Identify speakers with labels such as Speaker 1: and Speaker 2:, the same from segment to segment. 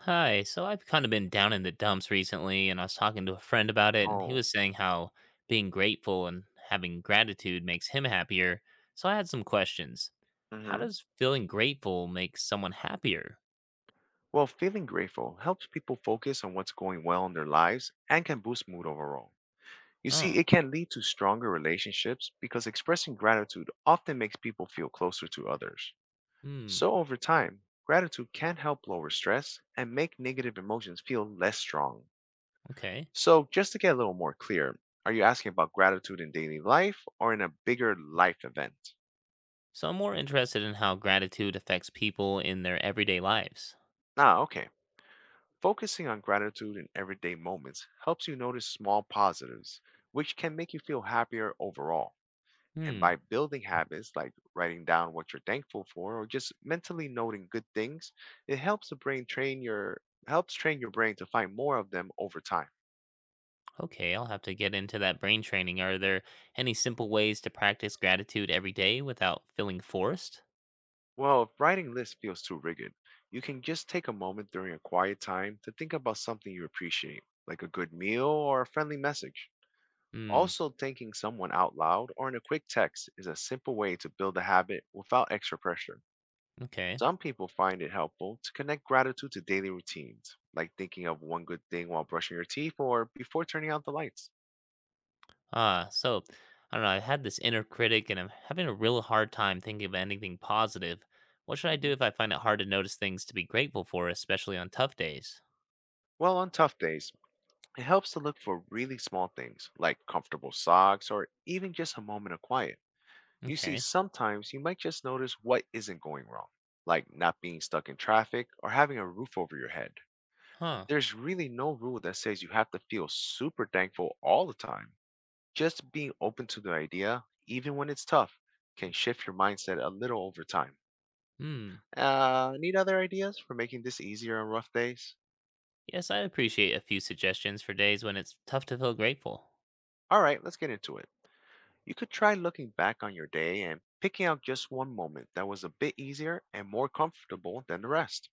Speaker 1: Hi, so I've kind of been down in the dumps recently, and I was talking to a friend about it, and he
Speaker 2: Oh,
Speaker 1: was saying how being grateful and having gratitude makes him happier. So I had some questions. How
Speaker 2: hmm.
Speaker 1: does feeling grateful make someone happier?
Speaker 2: Well, feeling grateful helps people focus on what's going well in their lives and can boost mood overall. You see,
Speaker 1: Oh,
Speaker 2: it can lead to stronger relationships because expressing gratitude often makes people feel closer to others.
Speaker 1: hmm,
Speaker 2: So, over time, gratitude can help lower stress and make negative emotions feel less strong.
Speaker 1: okay.
Speaker 2: So, just to get a little more clear, are you asking about gratitude in daily life or in a bigger life event?
Speaker 1: So I'm more interested in how gratitude affects people in their everyday lives.
Speaker 2: Ah, okay. Focusing on gratitude in everyday moments helps you notice small positives, which can make you feel happier overall. And
Speaker 1: Hmm,
Speaker 2: by building habits like writing down what you're thankful for or just mentally noting good things, it helps the brain train your helps train your brain to find more of them over time.
Speaker 1: okay, I'll have to get into that brain training. Are there any simple ways to practice gratitude every day without feeling forced?
Speaker 2: Well, if writing lists feels too rigid, you can just take a moment during a quiet time to think about something you appreciate, like a good meal or a friendly message.
Speaker 1: Hmm,
Speaker 2: Also, thanking someone out loud or in a quick text is a simple way to build a habit without extra pressure.
Speaker 1: okay.
Speaker 2: Some people find it helpful to connect gratitude to daily routines, like thinking of one good thing while brushing your teeth or before turning out the lights.
Speaker 1: Ah, so I don't know. I've had this inner critic and I'm having a real hard time thinking of anything positive. What should I do
Speaker 2: Mhm.
Speaker 1: if I find it hard to notice things to be grateful for, especially on tough days?
Speaker 2: Well, on tough days, it helps to look for really small things, like comfortable socks or even just a moment of quiet. You see,
Speaker 1: Okay.
Speaker 2: sometimes you might just notice what isn't going wrong, like not being stuck in traffic or having a roof over your head.
Speaker 1: Huh.
Speaker 2: There's really no rule that says you have to feel super thankful all the time. Just being open to the idea, even when it's tough, can shift your mindset a little over time.
Speaker 1: Hmm.
Speaker 2: Need other ideas for making this easier on rough days?
Speaker 1: Yes, I'd appreciate a few suggestions for days when it's tough to feel grateful.
Speaker 2: All right, let's get into it. You could try looking back on your day and picking out just one moment that was a bit easier and more comfortable than the rest.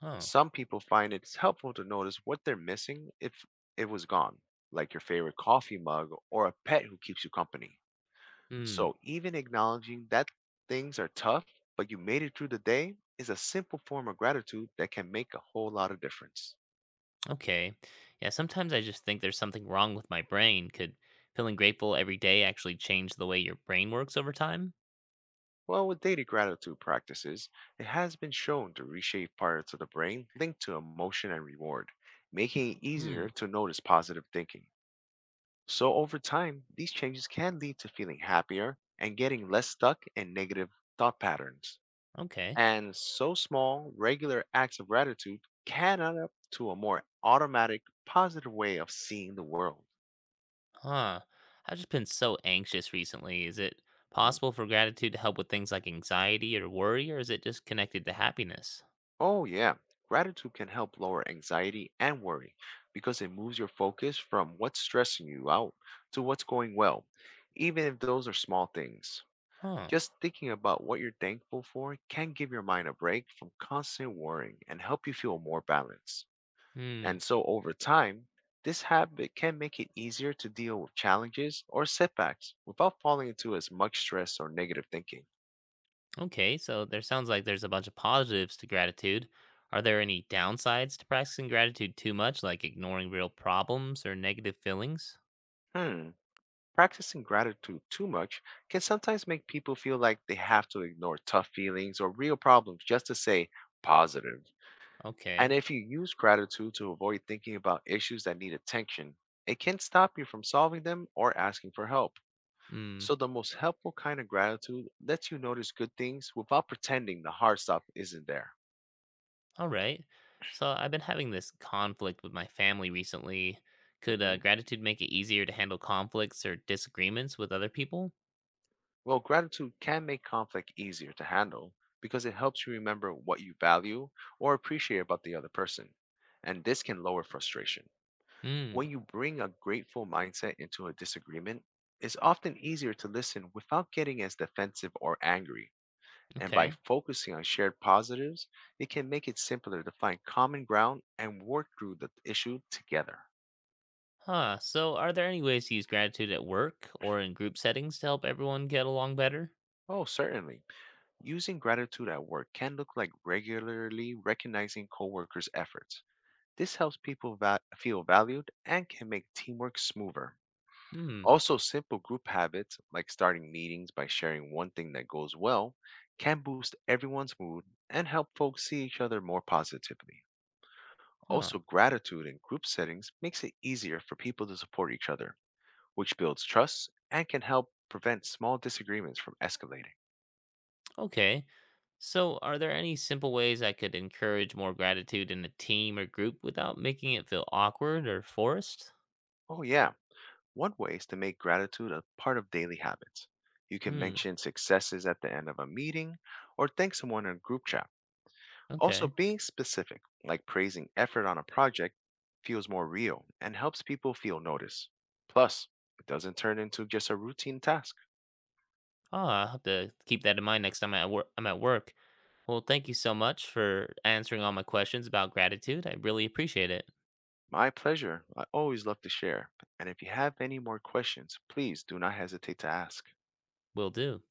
Speaker 1: Oh.
Speaker 2: Some people find it's helpful to notice what they're missing if it was gone, like your favorite coffee mug or a pet who keeps you company.
Speaker 1: Hmm.
Speaker 2: So even acknowledging that things are tough, but you made it through the day is a simple form of gratitude that can make a whole lot of difference.
Speaker 1: Okay. Yeah, sometimes I just think there's something wrong with my brain. Could feeling grateful every day actually change the way your brain works over time?
Speaker 2: Well, with daily gratitude practices, it has been shown to reshape parts of the brain linked to emotion and reward, making it
Speaker 1: Hmm.
Speaker 2: easier to notice positive thinking. So over time, these changes can lead to feeling happier and getting less stuck in negative thought patterns.
Speaker 1: Okay.
Speaker 2: And so small, regular acts of gratitude can add up to a more automatic, positive way of seeing the world.
Speaker 1: Huh. I've just been so anxious recently. Is it
Speaker 2: Mm.
Speaker 1: possible for gratitude to help with things like anxiety or worry, or is it just connected to happiness?
Speaker 2: Oh, yeah. Gratitude can help lower anxiety and worry because it moves your focus from what's stressing you out to what's going well, even if those are small things.
Speaker 1: Huh.
Speaker 2: Just thinking about what you're thankful for can give your mind a break from constant worrying and help you feel more balanced.
Speaker 1: Hmm.
Speaker 2: And so over time, this habit can make it easier to deal with challenges or setbacks without falling into as much stress or negative thinking.
Speaker 1: Okay, so there sounds like there's a bunch of positives to gratitude. Are there any downsides to practicing gratitude too much, like ignoring real problems or negative feelings?
Speaker 2: Hmm, practicing gratitude too much can sometimes make people feel like they have to ignore tough feelings or real problems just to say positive. And
Speaker 1: Okay.
Speaker 2: if you use gratitude to avoid thinking about issues that need attention, it can stop you from solving them or asking for help.
Speaker 1: Hmm.
Speaker 2: So, the most helpful kind of gratitude lets you notice good things without pretending the hard stuff isn't there.
Speaker 1: All right. So I've been having this conflict with my family recently. Could
Speaker 2: Hmm.
Speaker 1: gratitude make it easier to handle conflicts or disagreements with other people?
Speaker 2: Well, gratitude can make conflict easier to handle because it helps you remember what you value or appreciate about the other person. And this can lower frustration.
Speaker 1: Hmm.
Speaker 2: When you bring a grateful mindset into a disagreement, it's often easier to listen without getting as defensive or angry. And by
Speaker 1: Okay.
Speaker 2: focusing on shared positives, it can make it simpler to find common ground and work through the issue together.
Speaker 1: Huh. So, are there any ways to use gratitude at work or in group settings to help everyone get along better?
Speaker 2: Oh, certainly. Using gratitude at work can look like regularly recognizing coworkers' efforts. This helps people feel valued and can make teamwork smoother.
Speaker 1: Hmm.
Speaker 2: Also, simple group habits like starting meetings by sharing one thing that goes well can boost everyone's mood and help folks see each other more positively.
Speaker 1: Huh.
Speaker 2: Also, gratitude in group settings makes it easier for people to support each other, which builds trust and can help prevent small disagreements from escalating.
Speaker 1: Okay. So, are there any simple ways I could encourage more gratitude in a team or group without making it feel awkward or forced?
Speaker 2: Oh, yeah. One way is to make gratitude a part of daily habits. You can
Speaker 1: Hmm.
Speaker 2: mention successes at the end of a meeting or thank someone in a group chat. Also,
Speaker 1: Okay.
Speaker 2: being specific, like praising effort on a project, feels more real and helps people feel noticed. Plus, it doesn't turn into just a routine task.
Speaker 1: Ah, I'll have to keep that in mind next time I'm at work. Well, thank you so much for answering all my questions about gratitude. I really appreciate it.
Speaker 2: My pleasure. I always love to share. And if you have any more questions, please do not hesitate to ask.
Speaker 1: Will do.